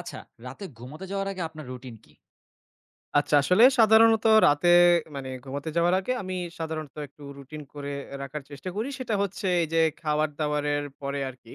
আচ্ছা, রাতে ঘুমাতে যাওয়ার আগে আপনার রুটিন কি? আচ্ছা, আসলে সাধারণত রাতে মানে ঘুমাতে যাওয়ার আগে আমি সাধারণত একটু রুটিন করে রাখার চেষ্টা করি। সেটা হচ্ছে এই যে খাবার-দাবারের পরে আরকি।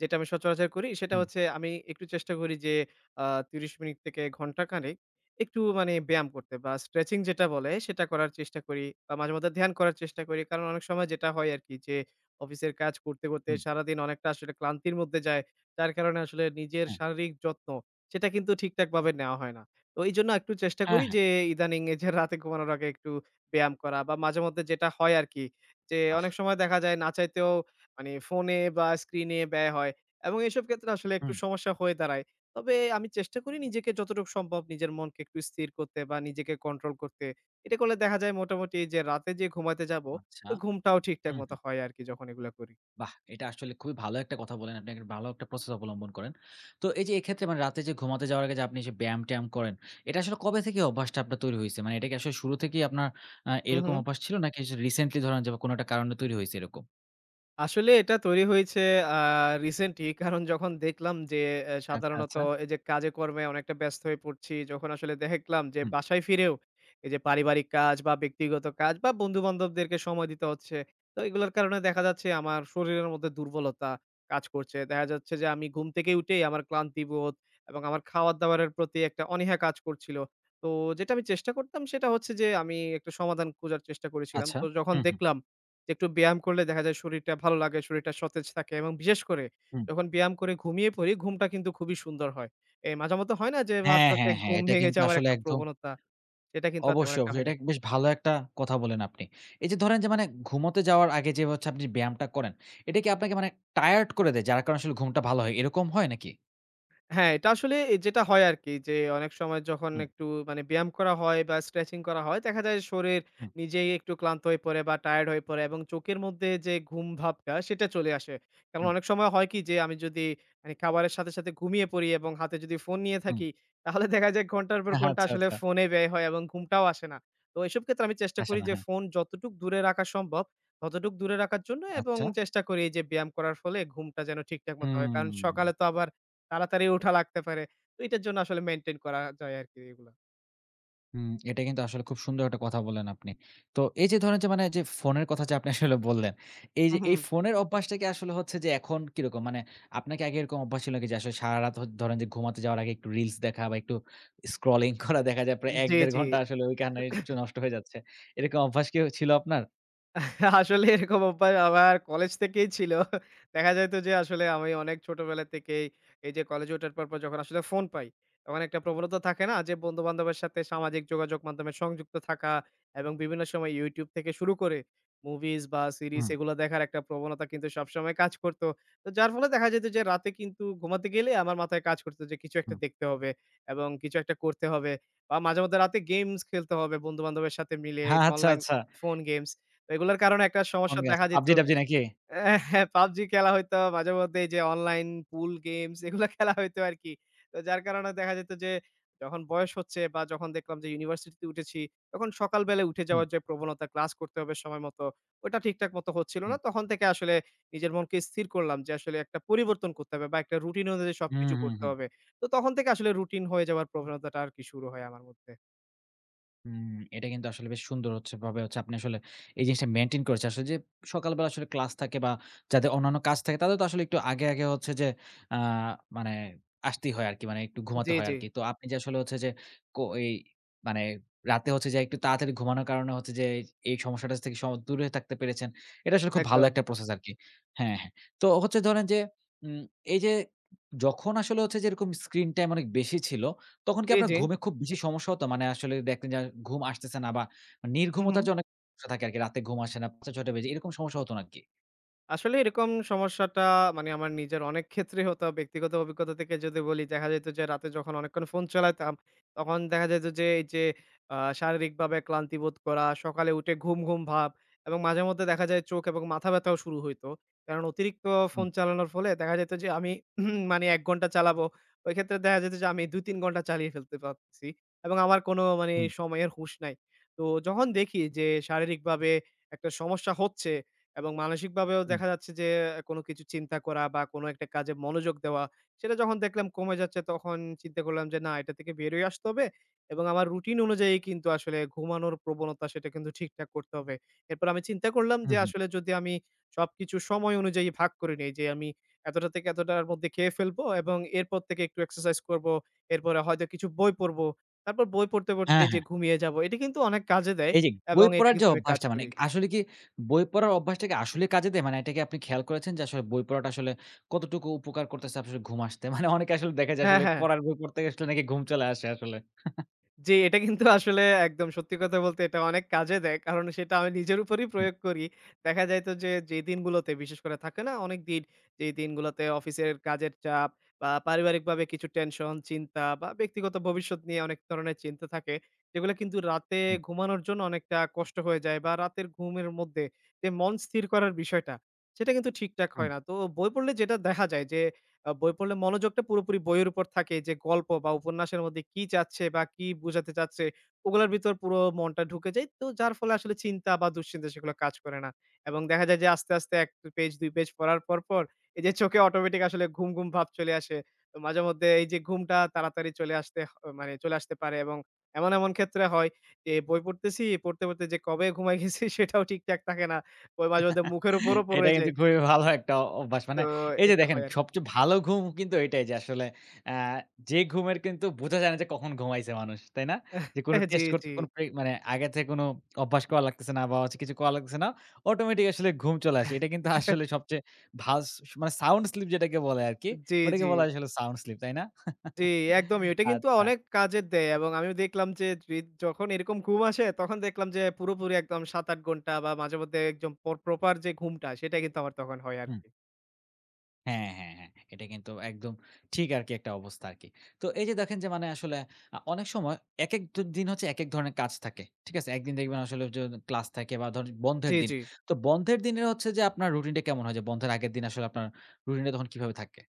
যেটা আমি সচরাচর করি সেটা হুম, হচ্ছে আমি একটু চেষ্টা করি যে আ ৩০ মিনিট থেকে ঘন্টাখানেক একটু মানে ব্যায়াম করতে বা স্ট্রেচিং যেটা বলে সেটা করার চেষ্টা করি। বা মাঝে মধ্যে ধ্যান করার চেষ্টা করি। কারণ অনেক সময় যেটা হয় আরকি যে অফিসের কাজ করতে, করতে হুম, সারাদিন অনেকটা আসলে ক্লান্তির মধ্যে যায়। যার কারণে আসলে নিজের হ্যাঁ, শারীরিক যত্ন সেটা কিন্তু ঠিকঠাকভাবে নেওয়া হয় না। তো এইজন্য একটু চেষ্টা হ্যাঁ, করি হ্যাঁ। যে ইদানিং এই যে রাতে ঘুমানোর আগে একটু ব্যায়াম করা বা মাঝেমধ্যে যেটা হয় আরকি যে বাহ! অনেক সময় দেখা যায় না চাইতেও মানে ফোনে বা স্ক্রিনে ব্যয় হয় এবং এসব ক্ষেত্রে আসলে একটু হুম। সমস্যা হয়ে দাঁড়ায়। তবে আমি চেষ্টা করি নিজেকে যতটুকু সম্ভব নিজের মনকে একটু স্থির করতে বা নিজেকে কন্ট্রোল করতে। এটা করলে দেখা যায় মোটামুটি যে রাতে যে ঘুমাতে যাবো, আচ্ছা। ওই ঘুমটাও ঠিকঠাক হুম, মতো হুম। হয় আরকি যখন এগুলা করি। বাহ! এটা আসলে খুবই ভালো একটা কথা বলেন। আপনি একটা ভালো একটা প্রসেস অবলম্বন করেন। তো এই যে এক্ষেত্রে মানে রাতে যে ঘুমাতে যাওয়ার আগে যে আপনি যে ব্যায়াম-ট্যায়াম করেন, এটা আসলে কবে থেকে অভ্যাসটা আপনার তৈরি হইছে? মানে এটা কি আসলে শুরু থেকেই আপনার হু, এরকম হু। অভ্যাস ছিল নাকি আসলে রিসেন্টলি ধরেন যে কোনো একটা কারণে তৈরি হইছে এরকম? আসলে এটা তৈরি হয়েছে আ রিসেন্টলি কারণ যখন দেখলাম যে আচ্ছা, সাধারণত আচ্ছা। এই যে কাজে কর্মে অনেকটা ব্যস্ত হয়ে পড়ছি, যখন আসলে দেখলাম যে হুম, বাসায় ফিরেও এই যে পারিবারিক কাজ বা ব্যক্তিগত কাজ বা বন্ধু-বান্ধবদেরকে সময় দিতে হচ্ছে। তো এগুলোর কারণে দেখা যাচ্ছে আমার শরীরের মধ্যে দুর্বলতা কাজ করছে। দেখা যাচ্ছে যে আমি ঘুম থেকে উঠেই আমার ক্লান্তিবোধ এবং আমার খাওয়ার-দাওয়ারের প্রতি একটা অনীহা কাজ করছিল। তো যেটা আমি চেষ্টা করতাম সেটা হচ্ছে যে আমি একটা সমাধান খোঁজার চেষ্টা করেছিলাম। আচ্ছা। তো যখন হুম, হুম, দেখলাম যে একটু ব্যায়াম করলে দেখা যায় শরীরটা ভালো লাগে, শরীরটা সতেজ থাকে এবং বিশেষ করে হুম। যখন ব্যায়াম করে ঘুমিয়ে পড়ি, ঘুমটা কিন্তু খুবই সুন্দর হয়। মাঝামতো হয় না যে হ্যাঁ, মাঝরাতে হ্যাঁ, হ্যাঁ। ঘুম এটা ভেঙে কিন্তু যাওয়ার আসলে একটা একদম প্রবণতা, সেটা কিন্তু আর তেমন অবশ্যই, একটা অবশ্যই। হয় এটা না। বেশ ভালো একটা কথা বলেন আপনি। এই যে ধরেন যে মানে ঘুমোতে যাওয়ার আগে যে হচ্ছে আপনি ব্যায়ামটা করেন, এটা কি আপনাকে মানে টায়ার্ড করে দেয়? যার কারণে আসলে ঘুমটা ভালো হয়, এরকম হয় নাকি? হ্যাঁ, এটা আসলে যেটা হয় আরকি যে, অনেক সময় যখন হুম, একটু মানে ব্যায়াম করা হয় বা স্ট্রেচিং করা হয়, দেখা যায় শরীর হুম, নিজেই একটু ক্লান্ত হয়ে পড়ে বা টায়ার্ড হয়ে পড়ে এবং চোখের মধ্যে যে ঘুম ভাবটা সেটা চলে আসে। কারণ হুম, অনেক সময় হয় কি যে, আমি যদি মানে খাবারের সাথে, সাথে ঘুমিয়ে পড়ি এবং হাতে যদি ফোন নিয়ে হুম। থাকি, তাহলে দেখা যায় ঘন্টার পর ঘন্টা আচ্ছা, আসলে আচ্ছা। ফোনে ব্যয় হয় এবং ঘুমটাও আসে না। তো এসব ক্ষেত্রে আমি চেষ্টা আসে করি না, যে, হ্যাঁ। ফোন যতটুক দূরে রাখা সম্ভব, ততটুক দূরে রাখার জন্য এবং আচ্ছা। চেষ্টা করি যে ব্যায়াম করার ফলে ঘুমটা যেন ঠিকঠাক মতো হয়। হুম। কারণ সকালে তো আবার তাড়াতাড়ি উঠা লাগতে পারে। তো এটার জন্য আসলে মেইনটেইন করা যায় আরকি এগুলা। হুম, এটা কিন্তু আসলে খুব সুন্দর একটা কথা বললেন আপনি। তো এই যে ধরেন যে মানে যে ফোনের কথা যে আপনি আসলে বললেন, এই যে হুম, এই হুম। ফোনের অভ্যাসটা কি আসলে হচ্ছে যে এখন কিরকম? মানে আপনার কি আগে এরকম অভ্যাস ছিল নাকি যে আসলে সারারাত ধরেন যে ঘুমাতে যাওয়ার আগে একটু রিলস দেখা বা একটু স্ক্রলিং করা দেখা যায় প্রায় জি, ১-১.৫ জি। ঘন্টা আসলে ওইখানে একটু নষ্ট হয়ে যাচ্ছে। এরকম অভ্যাস কি ছিল আপনার? আসলে এরকম অভ্যাস আমার কলেজ থেকেই ছিল। দেখা যাইত যে আসলে আমি অনেক ছোটবেলা থেকেই এই যে কলেজে ওঠার পর, পর যখন আসলে ফোন পাই, তখন একটা প্রবণতা থাকে না যে বন্ধু-বান্ধবের সাথে সামাজিক যোগাযোগ মাধ্যমে সংযুক্ত থাকা এবং বিভিন্ন সময় YouTube থেকে শুরু করে মুভিজ বা সিরিজ হুম, এগুলো দেখার একটা প্রবণতা কিন্তু সবসময় কাজ করত। তো যার ফলে দেখা যেত যে রাতে কিন্তু ঘুমাতে গেলে আমার মাথায় কাজ করত যে কিছু একটা হুম। দেখতে হবে এবং কিছু একটা করতে হবে বা মাঝে মধ্যে রাতে গেমস খেলতে হবে বন্ধু-বান্ধবের সাথে মিলে হ্যাঁ, আচ্ছা, অনলাইন আচ্ছা। Phone games. এগুলার কারণে একটা ফোন সমস্যা গেছে। দেখা যেত। PUBG-TABG নাকি? হ্যাঁ, PUBG খেলা হইতো মাঝেমধ্যে এই যে অনলাইন পুল গেমস এগুলা খেলা হইতো আরকি। তো যার কারণে দেখা যেত যে যখন বয়স হচ্ছে বা যখন দেখলাম যে ইউনিভার্সিটিতে উঠেছি, তখন সকাল বেলায় উঠে হুম, যাওয়ার যে প্রবণতা ক্লাস করতে হবে সময় মতো, ওটা ঠিকঠাক মতো হচ্ছিল হুম, না। তখন থেকে আসলে নিজের মনকে স্থির করলাম যে আসলে একটা পরিবর্তন করতে হবে বা একটা রুটিন অনুযায়ী হুম, সবকিছু হুম, করতে হুম। হবে। তো তখন থেকে আসলে রুটিন হয়ে যাওয়ার প্রবণতাটা আরকি শুরু হয় আমার মধ্যে। হুম, এটা কিন্তু আসলে বেশ সুন্দর হচ্ছে ভাবে হচ্ছে আপনি আসলে এই জিনিসটা মেইনটেইন করেছে। আসলে যে সকালবেলা আসলে ক্লাস থাকে বা যাদের অন্যান্য কাজ থাকে তাদের তো আসলে একটু আগে, আগে হচ্ছে যে আ মানে আসতেই হয় আরকি। মানে একটু ঘুমাতে জি, হয় জি। আরকি। তো আপনি যে আসলে হচ্ছে যে এই মানে রাতে হচ্ছে যে একটু তাড়াতাড়ি ঘুমানোর কারণে হচ্ছে যে এই সমস্যাটা থেকে দূরে থাকতে পেরেছেন। এটা আসলে খুব ভালো একদম। একটা প্রসেস আরকি। হ্যাঁ, হ্যাঁ। তো হচ্ছে ধরেন যে উম এই যে যখন আসলে হচ্ছে যে এরকম স্ক্রিন টাইম অনেক বেশি ছিল তখন কি জি, আপনার জি। ঘুমে খুব বেশি সমস্যা হতো? মানে আসলে দেখতেন যে ঘুম আসতেছে না বা হু, হু। নির্ঘুমতার যে অনেক সমস্যা থাকে আরকি। রাতে ঘুম আসে না ৫:০০-৬:০০ বেজে এরকম সমস্যা হতো নাকি? আসলে এরকম সমস্যাটা মানে আমার নিজের অনেক ক্ষেত্রেই হতো। ব্যক্তিগত অভিজ্ঞতা থেকে যদি বলি, দেখা যেত যে রাতে যখন অনেকক্ষণ ফোন চালাতাম, তখন দেখা যেত যে এই যে শারীরিকভাবে ক্লান্তি বোধ করা, সকালে উঠে ঘুম, ঘুম ভাব এবং মাঝে মধ্যে দেখা যায় চোখ এবং মাথা ব্যথাও শুরু হইতো। কারণ অতিরিক্ত হুম, ফোন চালানোর ফলে দেখা যেত যে আমি মানে ১ ঘন্টা চালাবো। ওই ক্ষেত্রে দেখা যেত যে আমি ২-৩ ঘন্টা চালিয়ে ফেলতে পারতেছি এবং আমার কোনো মানে হুম, সময়ের হুঁশ নাই। তো যখন দেখি যে শারীরিকভাবে একটা সমস্যা হচ্ছে এবং মানসিকভাবেও হুম, দেখা যাচ্ছে যে কোনো কিছু চিন্তা করা বা কোনো একটা কাজে মনোযোগ দেওয়া, সেটা যখন দেখলাম কমে যাচ্ছে তখন চিন্তা করলাম যে না এটা থেকে বের হয়ে আসতে হবে এবং আমার রুটিন অনুযায়ী কিন্তু আসলে ঘুমানোর প্রবণতা সেটা কিন্তু ঠিকঠাক করতে হবে। এরপর আমি চিন্তা করলাম হুম, যে হুম। আসলে যদি আমি সবকিছু সময় অনুযায়ী ভাগ করে নেই যে আমি এতটা থেকে এতটার মধ্যে খেয়ে ফেলবো এবং এরপর থেকে একটু এক্সারসাইজ করবো। এরপরে হয়তো কিছু বই পড়বো। তারপর বই পড়তে, পড়তে হ্যাঁ, এইযে হ্যাঁ। ঘুমিয়ে যাবো। এটা কিন্তু অনেক কাজে দেয় এই যে বই এবং এটা পড়ার যে কিন্তু আমি কাজ অভ্যাসটা মানে করি। আসলে কি বই পড়ার অভ্যাসটা কি আসলেই কাজে দেয়? মানে এটা কি আপনি খেয়াল করেছেন যে আসলে বই পড়াটা আসলে কতটুকু উপকার করতেছে আসলে ঘুম আসতে? মানে অনেকে আসলে দেখা যায় হ্যাঁ, আসলে হ্যাঁ। পড়ার বই পড়তে গেলে আসলে নাকি ঘুম চলে আসে আসলে। জি, এটা কিন্তু আসলে একদম সত্যি কথা বলতে এটা অনেক কাজে দেয়। কারণ সেটা আমি নিজের উপরই হুম, প্রয়োগ করি। দেখা যাইত যে, যে দিনগুলোতে বিশেষ করে থাকে না অনেক দিন, যে দিনগুলোতে অফিসের কাজের চাপ বা পারিবারিকভাবে কিছু টেনশন, চিন্তা বা ব্যক্তিগত ভবিষ্যৎ নিয়ে অনেক ধরনের চিন্তা থাকে। যেগুলো কিন্তু রাতে হুম, ঘুমানোর জন্য অনেকটা কষ্ট হয়ে যায় বা রাতের ঘুমের মধ্যে যে মন স্থির করার বিষয়টা, সেটা কিন্তু ঠিকঠাক হুম। হয় না। তো বই পড়লে যেটা দেখা যায় যে বই পড়লে মনোযোগটা পুরোপুরি বইয়ের উপর থাকে যে গল্প বা উপন্যাসের মধ্যে কি চাচ্ছে বা কি বোঝাতে চাচ্ছে ওগুলোর ভিতর পুরো মনটা ঢুকে যায়। তো যার ফলে আসলে চিন্তা বা দুশ্চিন্তা সেগুলো কাজ করে না। এবং দেখা যায় যে আস্তে, আস্তে ১ পেজ ২ পেজ পড়ার পর, পর এই যে চোখে অটোমেটিক আসলে ঘুম, ঘুম ভাব চলে আসে। তো মাঝে মধ্যে এই যে ঘুমটা তাড়াতাড়ি চলে আসতে মানে চলে আসতে পারে এবং এমন, এমন ক্ষেত্রে হয় যে বই পড়তেছি, পড়তে, পড়তে যে কবে ঘুমায় গেছি সেটাও ঠিকঠাক থাকে না। ওই মাঝে মধ্যে মুখের উপরও এটা পড়ে কিন্তু যায়। খুবই ভালো একটা অভ্যাস। তো মানে এই যে এটা দেখেন হয় আরকি। সবচেয়ে ভালো ঘুম কিন্তু এটাই যে আসলে আ যে ঘুমের কিন্তু বোঝা যায় না যে কখন ঘুমাইছে মানুষ। তাই না? যে কোন জি, টেস্ট করতে জি। কোন মানে আগে থেকে কোন অভ্যাস করা লাগতেছে না বা হচ্ছে কিছু করা লাগতেছে না। অটোমেটিক আসলে ঘুম চলে আসে। এটা কিন্তু আসলে সবচেয়ে ভাস মানে সাউন্ড স্লিপ যেটাকে বলে আরকি। জি, ওটাকে জি, বলা হয় আসলে সাউন্ড স্লিপ। তাই না? জি, একদমই। ওইটা কিন্তু আচ্ছা। অনেক কাজে দেয় এবং আমি দেখলাম যে রি যখন এরকম ঘুম আসে তখন দেখলাম যে পুরোপুরি একদম ৭-৮ ঘন্টা বা মাঝেমধ্যে একদম প্রপার যে ঘুমটা সেটা কিন্তু আমার তখন হয় হুম। আরকি। হ্যাঁ, হ্যাঁ, হ্যাঁ। এটা কিন্তু একদম ঠিক আরকি একটা অবস্থা আরকি। তো এই যে দেখেন যে মানে আসলে অনেক সময় একেক দিন হচ্ছে একেক ধরনের কাজ থাকে। ঠিক আছে? একদিন দেখবেন আসলে যে ক্লাস থাকে বা ধরেন বন্ধের জি, দিন। জি। তো বন্ধের দিনে হচ্ছে যে আপনার রুটিনটা কেমন হয়? যে বন্ধের আগের দিন আসলে আপনার রুটিনটা তখন কিভাবে থাকে?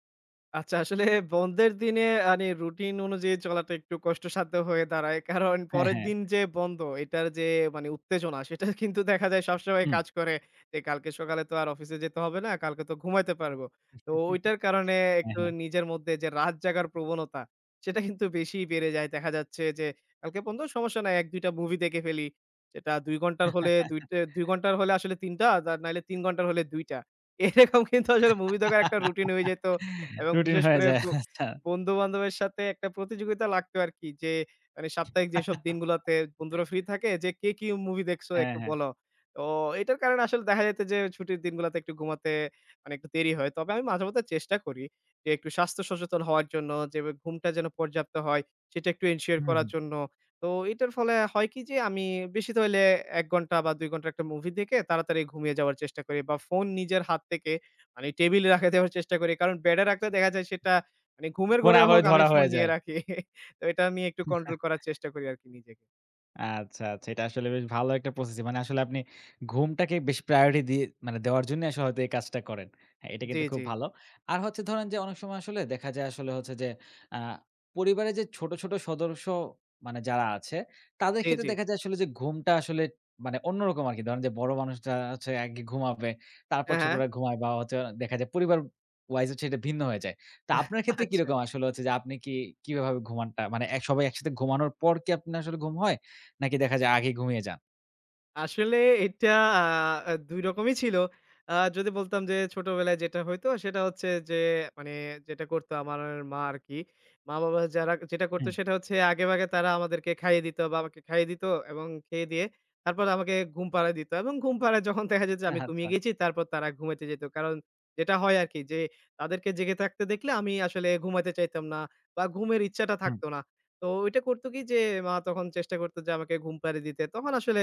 আচ্ছা, আসলে বন্ধের দিনে মানে রুটিন অনুযায়ী চলাটা একটু কষ্টসাধ্য হয়ে দাঁড়ায়। কারণ হ্যাঁ, পরের হ্যাঁ। দিন যে বন্ধ, এটার যে মানে উত্তেজনা, সেটা কিন্তু দেখা যায় সবসময় হুম। কাজ করে। যে কালকে সকালে তো আর অফিসে যেতে হবে না, কালকে তো ঘুমাইতে পারবো। তো ওইটার কারণে হ্যাঁ, একটু হ্যাঁ। নিজের মধ্যে যে রাত জাগার প্রবণতা, সেটা কিন্তু বেশিই বেড়ে যায়। দেখা যাচ্ছে যে কালকে বন্ধ, সমস্যা নাই ১-২ টা মুভি দেখে ফেলি। সেটা ২ ঘন্টার হলে ২ টে ২ ঘন্টার হলে আসলে ৩ টা, তা নাইলে ৩ ঘন্টার হলে ২ টা। এরকম কিন্তু আসলে মুভি দেখার একটা রুটিন হয়ে যেত। এবং রুটিন বিশেষ হয়ে করে যায়। আচ্ছা। বন্ধু-বান্ধবের সাথে একটা প্রতিযোগিতা লাগতো আরকি যে, মানে সাপ্তাহিক যেসব দিনগুলাতে বন্ধুরা ফ্রি থাকে যে, "কে কি মুভি দেখছো হ্যাঁ, একটু হ্যাঁ। বলো।" তো এটার কারণে আসলে দেখা যেত যে, ছুটির দিনগুলাতে একটু ঘুমাতে মানে একটু দেরি হয়। তবে আমি মাঝেমধ্যে চেষ্টা করি যে, একটু স্বাস্থ্য সচেতন হওয়ার জন্য যে, ঘুমটা যেন পর্যাপ্ত হয় সেটা একটু এনশিওর হুম, করার হুম। জন্য। তো এটার ফলে হয় কি যে, আমি বেশি তো হইলে ১ ঘন্টা বা ২ ঘন্টা একটা মুভি দেখে তাড়াতাড়ি ঘুমিয়ে যাওয়ার চেষ্টা করি বা ফোন নিজের হাত থেকে মানে টেবিলে রাখা দেওয়ার চেষ্টা করি। কারণ বেডে রাখলে দেখা যায় সেটা মানে ঘুমের মানে ঘোরেও আবারও হোক আমি ধরা ফোন হয়ে নিয়ে যায়। রাখি। তো এটা আমি একটু কন্ট্রোল করার চেষ্টা করি আরকি নিজেকে। আচ্ছা, আচ্ছা। এটা আসলে বেশ ভালো একটা প্রসেসিং। মানে আসলে আপনি ঘুমটাকে বেশি প্রায়োরিটি দিয়ে মানে দেওয়ার জন্যই আসলে হয়তো এই কাজটা করেন। হ্যাঁ, এটা জি, কিন্তু খুব জি। ভালো। আর হচ্ছে ধরেন যে অনেক সময় আসলে দেখা যায় আসলে হচ্ছে যে আ পরিবারের যে ছোট, ছোট সদস্য মানে যারা আছে তাদের জি, ক্ষেত্রে জি। দেখা যায় আসলে যে ঘুমটা আসলে মানে অন্যরকম আরকি। ধরেন যে বড় মানুষরা হচ্ছে আগে ঘুমাবে, তারপর হ্যাঁ, হ্যাঁ। ছোটরা ঘুমায় বা হচ্ছে দেখা যায় পরিবার ওয়াইজ হচ্ছে এটা ভিন্ন হয়ে যায়। তো আপনার ক্ষেত্রে আচ্ছা। কিরকম আসলে হচ্ছে যে আপনি কি কিভাবে ঘুমানটা মানে এক সবাই একসাথে ঘুমানোর পর কি আপনার আসলে ঘুম হয়? নাকি দেখা যায় আগে ঘুমিয়ে যান? আসলে এটা আ আ ২ রকমই ছিল। যদি বলতাম যে ছোটবেলায় যেটা হইতো সেটা হচ্ছে যে মানে যেটা করতো আমার মা আরকি। মা-বাবা যারা যেটা করতো হুম। সেটা হচ্ছে আগেভাগে তারা আমাদেরকে খাইয়ে দিত বা আমাকে খাইয়ে দিত এবং খেয়ে দিয়ে তারপর আমাকে ঘুম পাড়ায় দিত এবং ঘুম পাড়ায় যখন দেখা যেত যে আমি আচ্ছা। ঘুমিয়ে গেছি তারপর তারা ঘুমাইতে যেত। কারণ যেটা হয় আরকি যে তাদেরকে জেগে থাকতে দেখলে আমি আসলে ঘুমাইতে চাইতাম না বা ঘুমের ইচ্ছাটা হুম, থাকতো না। তো ওইটা করতো কি যে মা তখন চেষ্টা করতো যে আমাকে ঘুম পাড়িয়ে দিতে। তখন আসলে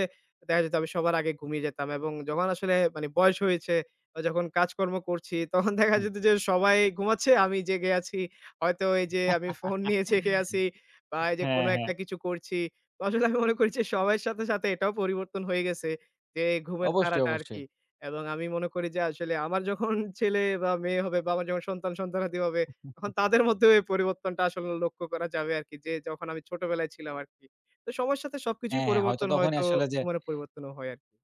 দেখা যেত আমি সবার আগে ঘুমিয়ে যেতাম এবং যখন আসলে মানে বয়স হয়েছে বা যখন কাজকর্ম করছি তখন দেখা হুম। যেত যে সবাই ঘুমাচ্ছে আমি জেগে আছি। হয়তো এই যে আমি ফোন নিয়ে জেগে আছি বা এই যে হ্যাঁ, কোনো হ্যাঁ। একটা কিছু করছি। তো আসলে আমি মনে করি যে সময়ের সাথে, সাথে এটাও পরিবর্তন হয়ে গেছে যে ঘুমের অবশ্যই, ধারাটা অবশ্যই। আরকি। এবং আমি মনে করি যে আসলে আমার যখন ছেলে বা মেয়ে হবে বা আমার যখন সন্তান, সন্তানাদি হবে তখন তাদের মধ্যেও এই পরিবর্তনটা আসলে লক্ষ্য করা যাবে আরকি যে যখন আমি ছোটবেলায় ছিলাম আরকি। তো সময়ের সাথে সবকিছুই হ্যাঁ, হ্যাঁ। হয়তো পরিবর্তন হয় তখনই তো, আসলে যে তোমারও পরিবর্তনও হয় আরকি।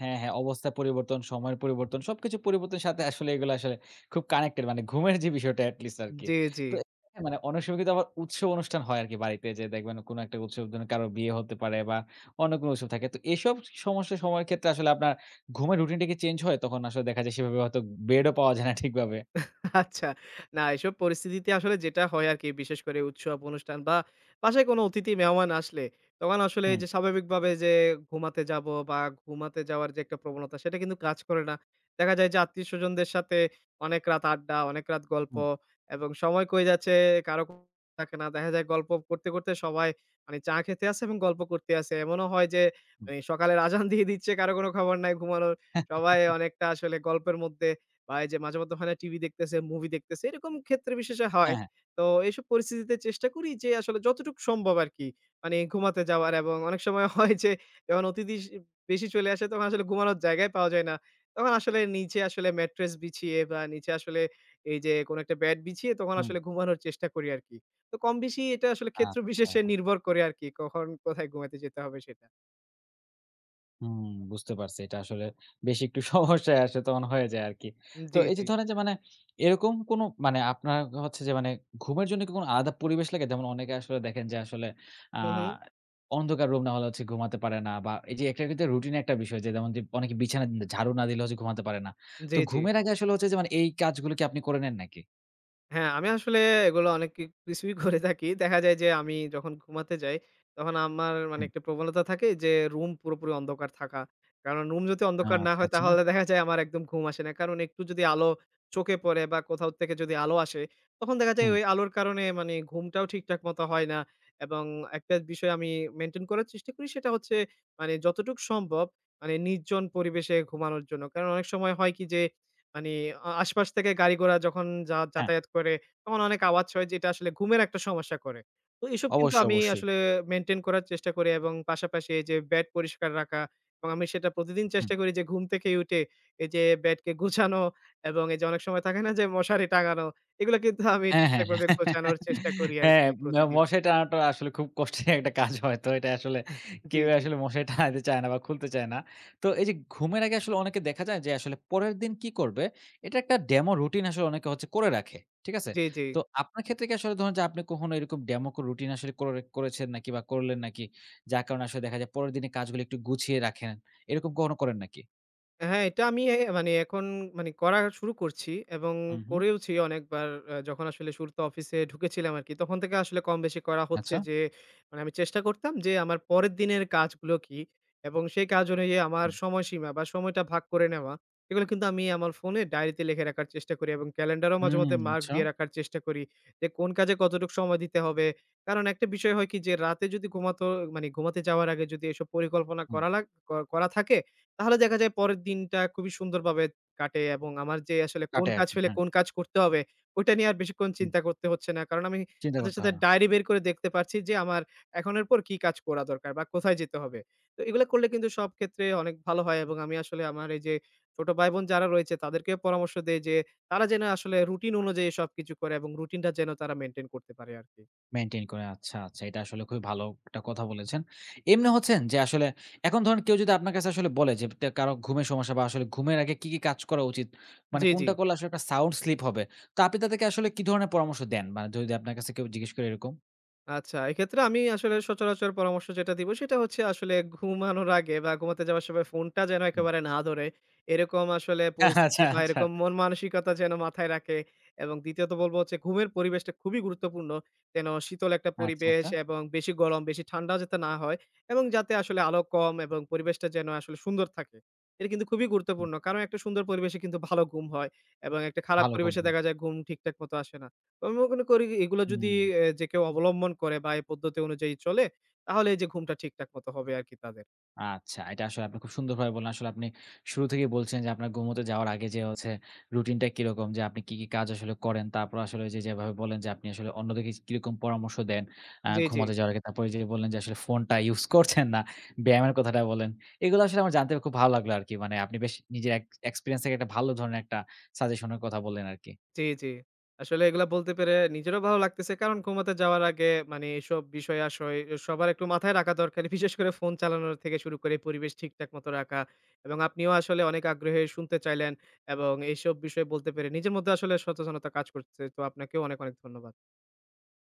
হ্যাঁ, হ্যাঁ, অবস্থার পরিবর্তন, সময়ের পরিবর্তন সবকিছু পরিবর্তনের সাথে আসলে এগুলো আসলে খুব কানেক্টেড মানে ঘুমের যে বিষয়টা এট লিস্ট আরকি। জি, জি। তো এ মানে অনেক সময় কিন্তু আবার উৎসব অনুষ্ঠান হয় আরকি বাড়িতে যে দেখবেন কোনো একটা উৎসব যেন কারো বিয়ে হতে পারে বা অন্য কোনো উৎসব থাকে। তো এসব সমস্যা সময়ের ক্ষেত্রে আসলে আপনার ঘুমের রুটিনটা কি চেঞ্জ হয়? তখন আসলে দেখা যায় সেভাবে হয়তো বেডও পাওয়া যায় না ঠিকভাবে। আচ্ছা। না এসব পরিস্থিতিতে আসলে যেটা হয় আরকি বিশেষ করে উৎসব, অনুষ্ঠান বা বাসায় কোনো অতিথি মেহমান আসলে তখন আসলে এই হুম, যে স্বাভাবিকভাবে যে ঘুমাতে যাবো বা ঘুমাতে যাওয়ার যে একটা প্রবণতা সেটা কিন্তু কাজ করে না। দেখা যায় যে আত্মীয়স্বজনদের সাথে অনেক রাত আড্ডা, অনেক রাত গল্প হুম, এবং সময় কই যাচ্ছে কারো কোনো থাকে না। দেখা যায় গল্প করতে, করতে সবাই মানে চা খেতে আসে এবং গল্প করতে আসে। এমনও হয় যে হুম। এই সকালের আজান দিয়ে দিচ্ছে, কারো কোনো খবর নাই ঘুমানোর। সবাই অনেকটা আসলে গল্পের মধ্যে বা এই যে মাঝে মধ্যে হয় না, টিভি দেখতেছে, মুভি দেখতেছে, এরকম ক্ষেত্রে বিশেষে হয়। হ্যাঁ, হ্যাঁ। তো এইসব পরিস্থিতিতে চেষ্টা করি যে আসলে যতটুকু সম্ভব আরকি মানে ঘুমাতে যাওয়ার। এবং অনেক সময় হয় যে যখন অতিথি বেশি চলে আসে, তখন আসলে ঘুমানোর জায়গাই পাওয়া যায় না। তখন আসলে নিচে আসলে ম্যাট্রেস বিছিয়ে বা নিচে আসলে এই যে কোনো একটা ব্যাট বিছিয়ে তখন হুম, আসলে ঘুমানোর চেষ্টা করি আরকি। তো কম বেশি এটা আসলে ক্ষেত্র বিশেষে আচ্ছা। নির্ভর করে আরকি, কখন কোথায় ঘুমাতে যেতে হবে সেটা। হুম, বুঝতে পারছি। এটা আসলে বেশ একটু সমস্যায় আসে তখন হয়ে যায় আরকি। তো জি, এই যে জি। ধরেন যে মানে এরকম কোনো মানে আপনার হচ্ছে যে মানে ঘুমের জন্য কি কোনো আলাদা পরিবেশ লাগে? যেমন অনেকে আসলে দেখেন যে আসলে আ হু, হু। অন্ধকার রুম না হলে হচ্ছে ঘুমাতে পারে না বা এই যে একটা কিন্তু রুটিন একটা বিষয় যে যেমন যে অনেকে বিছানা ঝাড়ু না দিলে হচ্ছে ঘুমাতে পারে না। তো জি, জি। ঘুমের আগে আসলে হচ্ছে যে মানে এই কাজগুলো কি আপনি করে নেন নাকি? হ্যাঁ, আমি আসলে এগুলো অনেক কি কিছুই করে থাকি। দেখা যায় যে আমি যখন ঘুমাতে যাই, তখন আমার মানে হুম, একটা প্রবণতা থাকে যে রুম পুরোপুরি অন্ধকার থাকা। কারণ রুম যদি অন্ধকার না আচ্ছা, হয় আচ্ছা। তাহলে দেখা যায় আমার একদম ঘুম আসে না। কারণ একটু যদি আলো চোখে পড়ে বা কোথাও থেকে যদি আলো আসে, তখন দেখা যায় হুম, ওই আলোর কারণে মানে ঘুমটাও ঠিকঠাক মতো হয় না। এবং একটা বিষয় আমি মেইনটেইন করার চেষ্টা করি, সেটা হচ্ছে মানে যতটুক সম্ভব মানে নির্জন পরিবেশে ঘুমানোর জন্য। কারণ অনেক সময় হয় কি যে মানে আশপাশ থেকে গাড়ি ঘোড়া যখন যা হ্যাঁ, যাতায়াত করে, তখন অনেক আওয়াজ হয়, যেটা আসলে ঘুমের একটা সমস্যা করে। তো এসব কিন্তু অবশ্যই, আমি অবশ্যই। আসলে মেইনটেইন করার চেষ্টা করি এবং পাশাপাশি এই যে বেড পরিষ্কার রাখা, এবং আমি সেটা প্রতিদিন হুম। চেষ্টা করি যে ঘুম থেকে উঠে এই যে বেডকে গুছানো এবং এই যে অনেক সময় থাকে না যে মশারি টাঙানো, এগুলো কিন্তু আমি হ্যাঁ, ঠিকঠাকভাবে হ্যাঁ, গোছানোর চেষ্টা করি হ্যাঁ, আরকি প্রতিদিন। মশারি টানাটা আসলে খুব কষ্টের একটা কাজ হয়তো। এটা আসলে জি, কেউই জি। আসলে মশারি টানাইতে চায় না বা খুলতে চায় না। তো এই যে ঘুমের আগে আসলে অনেকে দেখা যায় যে আসলে পরের দিন কি করবে, এটা একটা ডেমো রুটিন আসলে অনেকে হচ্ছে করে রাখে। ঠিক আছে? জি, জি। তো আপনার ক্ষেত্রে কি আসলে ধরুন যে আপনি কখনো এরকম ডেমো রুটিন আসলে করে করেছেন নাকি বা করলেন নাকি? যার কারণে আসলে দেখা যায় পরের দিনের কাজগুলো একটু গুছিয়ে রাখেন। এরকম কখনো করেন নাকি? হ্যাঁ, এটা আমি মানে এখন মানে করা শুরু করছি এবং হুম, হুম। করেওছি অনেকবার। যখন আসলে শুরুতে অফিসে ঢুকেছিলাম আরকি, তখন থেকে আসলে কম বেশি করা হচ্ছে আচ্ছা। যে, মানে আমি চেষ্টা করতাম যে আমার পরের দিনের কাজগুলো কি? এবং সেই কাজ অনুযায়ী আমার হুম, সময়সীমা বা সময়টা ভাগ করে নেওয়া। এগুলো কিন্তু আমি আমার ফোনে ডায়েরিতে লিখে রাখার চেষ্টা করি এবং ক্যালেন্ডারেও মাঝে হুম, মধ্যে মার্ক আচ্ছা। দিয়ে রাখার চেষ্টা করি যে, কোন কাজে কতটুক সময় দিতে হবে। কারণ একটা বিষয় হয় কি যে, রাতে যদি মানে ঘুমাতে যাওয়ার আগে যদি এসব পরিকল্পনা হুম, করা লাগ ক করা থাকে, তাহলে দেখা যায় পরের দিনটা খুবই সুন্দরভাবে কাটে এবং আমার যে আসলে কোন কাটে কাজ আরকি। ফেলে হ্যাঁ, কোন কাজ করতে হবে, ওইটা নিয়ে আর বেশিক্ষণ হুম। চিন্তা করতে হচ্ছে না। কারণ আমি চিন্তা সাথে, করতে সাথে হয় না। ডায়েরি বের করে দেখতে পারছি যে আমার এখনের পর কি কাজ করা দরকার বা কোথায় যেতে হবে। তো এগুলা করলে কিন্তু সব ক্ষেত্রে অনেক ভালো হয়, এবং আমি আসলে আমার এই যে ছোট ভাই-বোন যারা রয়েছে তাদেরকেও পরামর্শ দেই যে তারা যেন আসলে রুটিন অনুযায়ী সবকিছু করে এবং রুটিনটা যেন তারা মেইনটেইন করতে পারে আরকি। মেইনটেইন করে। আচ্ছা, আচ্ছা। এটা আসলে খুবই ভালো একটা কথা বলেছেন। এমনি হচ্ছেন যে আসলে এখন ধরেন কেউ যদি আপনার কাছে আসলে বলে যে কারো ঘুমের সমস্যা বা আসলে ঘুমের আগে কি, কি কাজ করা উচিত? মানে জি, জি। কোনটা করলে আসলে একটা সাউন্ড স্লিপ হবে। তো আপনি তাদেরকে আসলে কি ধরনের পরামর্শ দেন? মানে যদি আপনার কাছে কেউ জিজ্ঞেস করে এরকম? আচ্ছা, এক্ষেত্রে আমি আসলে সচরাচর পরামর্শ যেটা দিব সেটা হচ্ছে, আসলে ঘুমানোর আগে বা ঘুমাতে যাওয়ার সময় ফোনটা যেন হুম। একেবারে না ধরে। এরকম আসলে পরিস্থিতি আচ্ছা, বা আচ্ছা। এরকম মন মানসিকতা যেন মাথায় রাখে, এবং দ্বিতীয়ত বলব হচ্ছে ঘুমের পরিবেশটা খুবই গুরুত্বপূর্ণ। যেন শীতল একটা আচ্ছা, পরিবেশ আচ্ছা। এবং বেশি গরম, বেশি ঠান্ডা যাতে না হয় এবং যাতে আসলে আলো কম এবং পরিবেশটা যেন আসলে সুন্দর থাকে। এটা কিন্তু খুবই হুম, গুরুত্বপূর্ণ। কারণ একটা সুন্দর পরিবেশে কিন্তু ভালো ঘুম হয় এবং একটা খারাপ ভালো ঘুম পরিবেশে হয়। দেখা যায় ঘুম ঠিকঠাক মতো আসে না। আমি মনে করি এগুলো যদি হুম। যে কেউ অবলম্বন করে বা এই পদ্ধতি অনুযায়ী চলে, তাহলে এই যে ঘুমটা ঠিকঠাক মতো হবে আরকি তাদের। আচ্ছা, এটা আসলে আপনি খুব সুন্দরভাবে বললেন। আসলে আপনি শুরু থেকেই বলছেন যে আপনার ঘুমোতে যাওয়ার আগে যে হচ্ছে রুটিনটা কিরকম? যে আপনি কি, কি কাজ আসলে করেন? তারপর আসলে ওই যে যেভাবে বললেন যে আপনি আসলে অন্যদেরকে কিরকম পরামর্শ দেন জি, জি, ঘুমাতে যাওয়ার আগে। তারপরে যে বললেন যে আসলে ফোনটা ইউজ করছেন না, ব্যায়ামের কথাটা বললেন। এগুলো আসলে আমার জানতে খুব ভালো লাগলো আরকি। মানে আপনি বেশ নিজের এক্সপেরিয়েন্স থেকে একটা ভালো ধরনের একটা সাজেশন এর কথা বললেন আরকি। জি, জি। আসলে এগুলা বলতে পেরে নিজেরও ভালো লাগতেছে। কারণ ঘুমাতে যাওয়ার আগে মানে এসব বিষয়-আশয় সবার একটু মাথায় রাখা দরকার। বিশেষ করে ফোন চালানোর থেকে শুরু করে পরিবেশ ঠিকঠাক মতো রাখা এবং আপনিও আসলে অনেক আগ্রহে শুনতে চাইলেন এবং এইসব বিষয় বলতে পেরে নিজের মধ্যে আসলে সচেতনতা কাজ করছে। তো আপনাকেও অনেক, অনেক ধন্যবাদ।